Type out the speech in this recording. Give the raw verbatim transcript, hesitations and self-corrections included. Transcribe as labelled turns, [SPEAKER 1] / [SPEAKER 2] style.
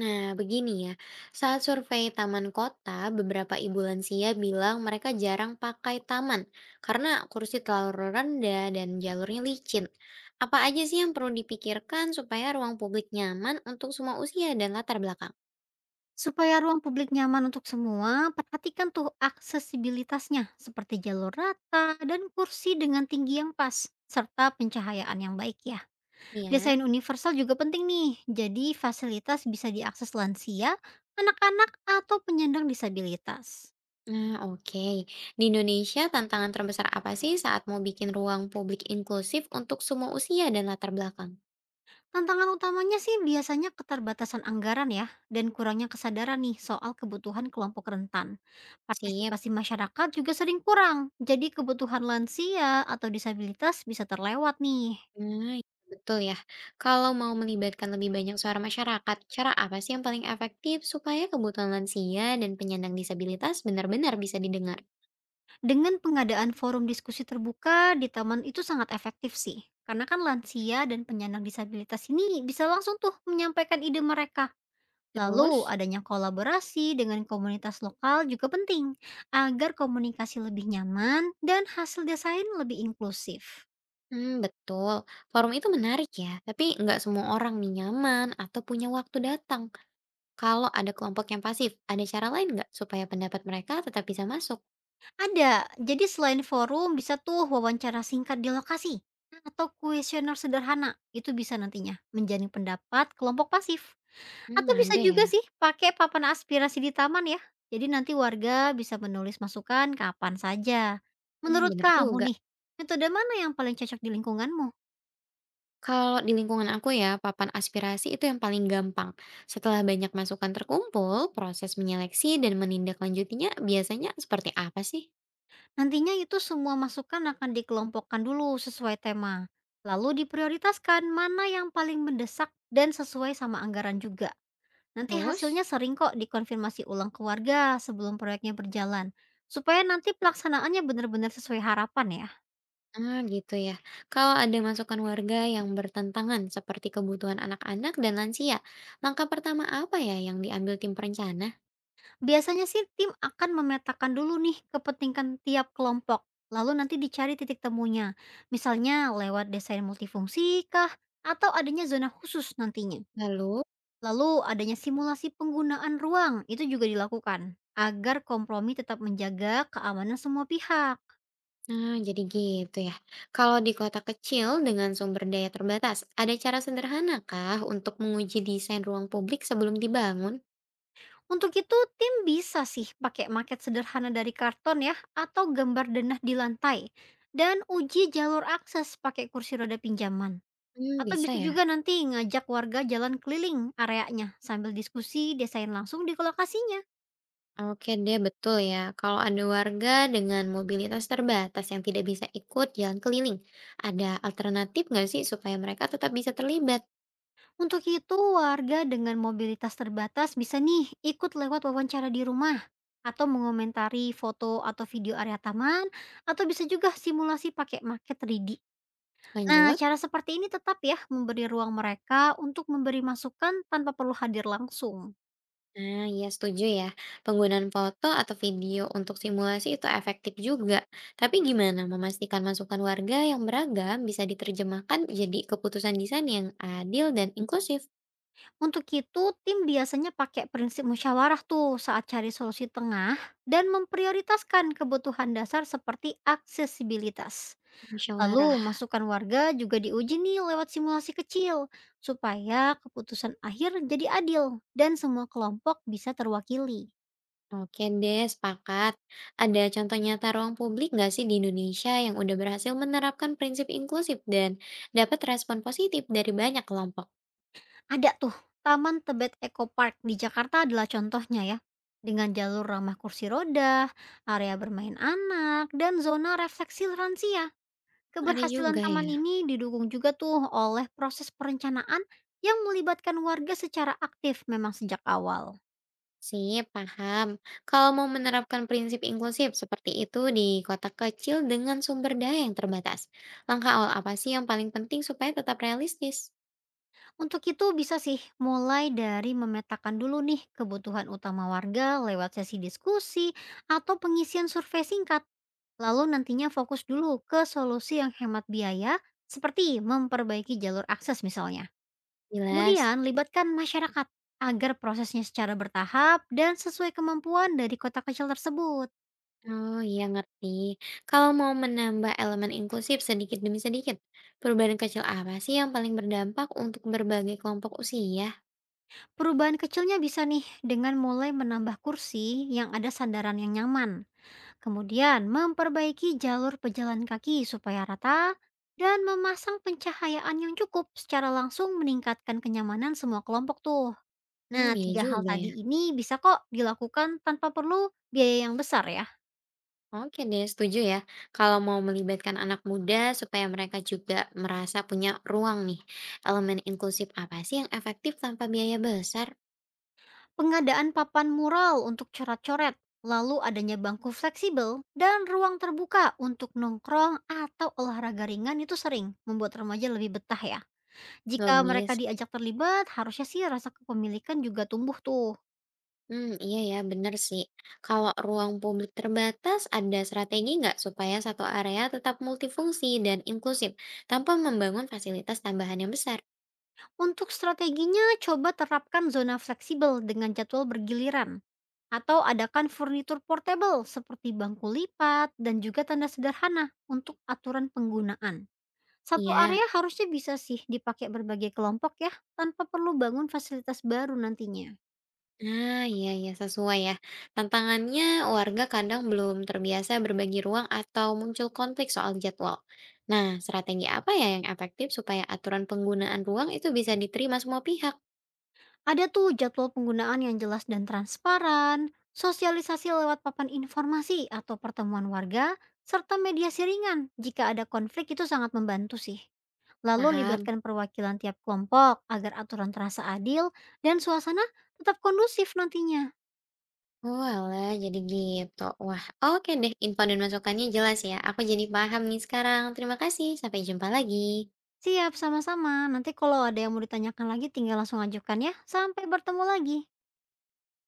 [SPEAKER 1] Nah, begini ya. Saat survei taman kota, beberapa ibu lansia bilang mereka jarang pakai taman karena kursi terlalu rendah dan jalurnya licin. Apa aja sih yang perlu dipikirkan supaya ruang publik nyaman untuk semua usia dan latar belakang?
[SPEAKER 2] Supaya ruang publik nyaman untuk semua, perhatikan tuh aksesibilitasnya seperti jalur rata dan kursi dengan tinggi yang pas, serta pencahayaan yang baik ya. Desain
[SPEAKER 1] Ya.
[SPEAKER 2] universal juga penting nih, jadi fasilitas bisa diakses lansia, anak-anak, atau penyandang disabilitas.
[SPEAKER 1] Nah, oke. Di Indonesia, tantangan terbesar apa sih saat mau bikin ruang publik inklusif untuk semua usia dan latar belakang?
[SPEAKER 2] Tantangan utamanya sih biasanya keterbatasan anggaran ya, dan kurangnya kesadaran nih soal kebutuhan kelompok rentan.
[SPEAKER 1] Sip.
[SPEAKER 2] Partisipasi masyarakat juga sering kurang, jadi kebutuhan lansia atau disabilitas bisa terlewat nih.
[SPEAKER 1] Nah, iya, betul ya. Kalau mau melibatkan lebih banyak suara masyarakat, cara apa sih yang paling efektif supaya kebutuhan lansia dan penyandang disabilitas benar-benar bisa didengar?
[SPEAKER 2] Dengan pengadaan forum diskusi terbuka di taman itu sangat efektif sih, karena kan lansia dan penyandang disabilitas ini bisa langsung tuh menyampaikan ide mereka. Lalu,
[SPEAKER 1] Terus.
[SPEAKER 2] adanya kolaborasi dengan komunitas lokal juga penting agar komunikasi lebih nyaman dan hasil desain lebih inklusif.
[SPEAKER 1] Hmm, betul. Forum itu menarik ya, tapi nggak semua orang nih nyaman atau punya waktu datang. Kalau ada kelompok yang pasif, ada cara lain nggak supaya pendapat mereka tetap bisa masuk?
[SPEAKER 2] Ada, jadi selain forum bisa tuh wawancara singkat di lokasi atau kuesioner sederhana. Itu bisa nantinya menjadi pendapat kelompok pasif.
[SPEAKER 1] Hmm,
[SPEAKER 2] Atau bisa
[SPEAKER 1] ada
[SPEAKER 2] juga
[SPEAKER 1] ya.
[SPEAKER 2] sih pakai papan aspirasi di taman ya. Jadi nanti warga bisa menulis masukan kapan saja.
[SPEAKER 1] Hmm,
[SPEAKER 2] Menurut
[SPEAKER 1] bener
[SPEAKER 2] kamu
[SPEAKER 1] juga.
[SPEAKER 2] nih, metode mana yang paling cocok di lingkunganmu?
[SPEAKER 1] Kalau di lingkungan aku ya, papan aspirasi itu yang paling gampang. Setelah banyak masukan terkumpul, proses menyeleksi dan menindaklanjutinya biasanya seperti apa sih?
[SPEAKER 2] Nantinya itu semua masukan akan dikelompokkan dulu sesuai tema, lalu diprioritaskan mana yang paling mendesak dan sesuai sama anggaran juga. Nanti hasilnya
[SPEAKER 1] Terus.
[SPEAKER 2] sering kok dikonfirmasi ulang ke warga sebelum proyeknya berjalan, supaya nanti pelaksanaannya benar-benar sesuai harapan ya.
[SPEAKER 1] Ah, gitu ya. Kalau ada masukan warga yang bertentangan seperti kebutuhan anak-anak dan lansia, langkah pertama apa ya yang diambil tim perencana?
[SPEAKER 2] Biasanya sih tim akan memetakan dulu nih kepentingan tiap kelompok, lalu nanti dicari titik temunya. Misalnya lewat desain multifungsi kah, atau adanya zona khusus nantinya.
[SPEAKER 1] Lalu.
[SPEAKER 2] Lalu adanya simulasi penggunaan ruang itu juga dilakukan agar kompromi tetap menjaga keamanan semua pihak.
[SPEAKER 1] Nah, jadi gitu ya. Kalau di kota kecil dengan sumber daya terbatas, ada cara sederhanakah untuk menguji desain ruang publik sebelum dibangun?
[SPEAKER 2] Untuk itu tim bisa sih pakai maket sederhana dari karton ya atau gambar denah di lantai dan uji jalur akses pakai kursi roda pinjaman.
[SPEAKER 1] Hmm,
[SPEAKER 2] Atau
[SPEAKER 1] bisa
[SPEAKER 2] bisa juga
[SPEAKER 1] ya.
[SPEAKER 2] nanti ngajak warga jalan keliling areanya sambil diskusi desain langsung di lokasinya.
[SPEAKER 1] Oke deh, betul ya. Kalau ada warga dengan mobilitas terbatas yang tidak bisa ikut jalan keliling, ada alternatif nggak sih supaya mereka tetap bisa terlibat?
[SPEAKER 2] Untuk itu, warga dengan mobilitas terbatas bisa nih ikut lewat wawancara di rumah atau mengomentari foto atau video area taman atau bisa juga simulasi pakai market tiga D. Nah,
[SPEAKER 1] Lanjut.
[SPEAKER 2] cara seperti ini tetap ya memberi ruang mereka untuk memberi masukan tanpa perlu hadir langsung.
[SPEAKER 1] Nah, ya setuju ya. Penggunaan foto atau video untuk simulasi itu efektif juga. Tapi gimana memastikan masukan warga yang beragam bisa diterjemahkan jadi keputusan desain yang adil dan inklusif?
[SPEAKER 2] Untuk itu, tim biasanya pakai prinsip musyawarah tuh saat cari solusi tengah dan memprioritaskan kebutuhan dasar seperti aksesibilitas.
[SPEAKER 1] Musyawarah.
[SPEAKER 2] Lalu, masukan warga juga diuji nih lewat simulasi kecil, supaya keputusan akhir jadi adil dan semua kelompok bisa terwakili.
[SPEAKER 1] Oke deh, sepakat. Ada contoh nyata ruang publik nggak sih di Indonesia yang udah berhasil menerapkan prinsip inklusif dan dapat respon positif dari banyak kelompok?
[SPEAKER 2] Ada tuh, Taman Tebet Eco Park di Jakarta adalah contohnya ya, dengan jalur ramah kursi roda, area bermain anak, dan zona refleksi lansia.
[SPEAKER 1] Ada juga
[SPEAKER 2] Keberhasilan taman
[SPEAKER 1] ya.
[SPEAKER 2] ini didukung juga tuh oleh proses perencanaan yang melibatkan warga secara aktif memang sejak awal.
[SPEAKER 1] Sih, paham. Kalau mau menerapkan prinsip inklusif seperti itu di kota kecil dengan sumber daya yang terbatas, langkah awal apa sih yang paling penting supaya tetap realistis?
[SPEAKER 2] Untuk itu bisa sih mulai dari memetakan dulu nih kebutuhan utama warga lewat sesi diskusi atau pengisian survei singkat. Lalu nantinya fokus dulu ke solusi yang hemat biaya seperti memperbaiki jalur akses misalnya.
[SPEAKER 1] Jelas.
[SPEAKER 2] Kemudian libatkan masyarakat agar prosesnya secara bertahap dan sesuai kemampuan dari kota kecil tersebut.
[SPEAKER 1] Oh iya ngerti. Kalau mau menambah elemen inklusif sedikit demi sedikit, perubahan kecil apa sih yang paling berdampak untuk berbagai kelompok usia?
[SPEAKER 2] Perubahan kecilnya bisa nih dengan mulai menambah kursi yang ada sandaran yang nyaman. Kemudian memperbaiki jalur pejalan kaki supaya rata dan memasang pencahayaan yang cukup secara langsung meningkatkan kenyamanan semua kelompok tuh.
[SPEAKER 1] Hmm,
[SPEAKER 2] Nah,
[SPEAKER 1] iya
[SPEAKER 2] tiga hal
[SPEAKER 1] juga ya.
[SPEAKER 2] tadi ini bisa kok dilakukan tanpa perlu biaya yang besar ya.
[SPEAKER 1] Oke deh, setuju ya. Kalau mau melibatkan anak muda supaya mereka juga merasa punya ruang nih, elemen inklusif apa sih yang efektif tanpa biaya besar?
[SPEAKER 2] Pengadaan papan mural untuk coret-coret, lalu adanya bangku fleksibel, dan ruang terbuka untuk nongkrong atau olahraga ringan itu sering membuat remaja lebih betah ya. Jika mereka
[SPEAKER 1] Logis.
[SPEAKER 2] diajak terlibat, harusnya sih rasa kepemilikan juga tumbuh tuh.
[SPEAKER 1] Hmm, iya ya, benar sih. Kalau ruang publik terbatas, ada strategi nggak supaya satu area tetap multifungsi dan inklusif tanpa membangun fasilitas tambahan yang besar?
[SPEAKER 2] Untuk strateginya, coba terapkan zona fleksibel dengan jadwal bergiliran, atau adakan furnitur portable seperti bangku lipat dan juga tanda sederhana untuk aturan penggunaan. Satu
[SPEAKER 1] Iya.
[SPEAKER 2] area harusnya bisa sih dipakai berbagai kelompok ya, tanpa perlu bangun fasilitas baru nantinya.
[SPEAKER 1] Ah, iya iya sesuai ya. Tantangannya warga kadang belum terbiasa berbagi ruang atau muncul konflik soal jadwal. Nah, strategi apa ya yang efektif supaya aturan penggunaan ruang itu bisa diterima semua pihak?
[SPEAKER 2] Ada tuh jadwal penggunaan yang jelas dan transparan, sosialisasi lewat papan informasi atau pertemuan warga, serta mediasi ringan jika ada konflik itu sangat membantu sih. Lalu
[SPEAKER 1] Paham.
[SPEAKER 2] libatkan perwakilan tiap kelompok agar aturan terasa adil dan suasana tetap kondusif nantinya.
[SPEAKER 1] Oalah, jadi gitu. Wah, oke deh. Info dan masukannya jelas ya. Aku jadi paham nih sekarang. Terima kasih. Sampai jumpa lagi.
[SPEAKER 2] Siap, sama-sama. Nanti kalau ada yang mau ditanyakan lagi tinggal langsung ajukan ya. Sampai bertemu lagi.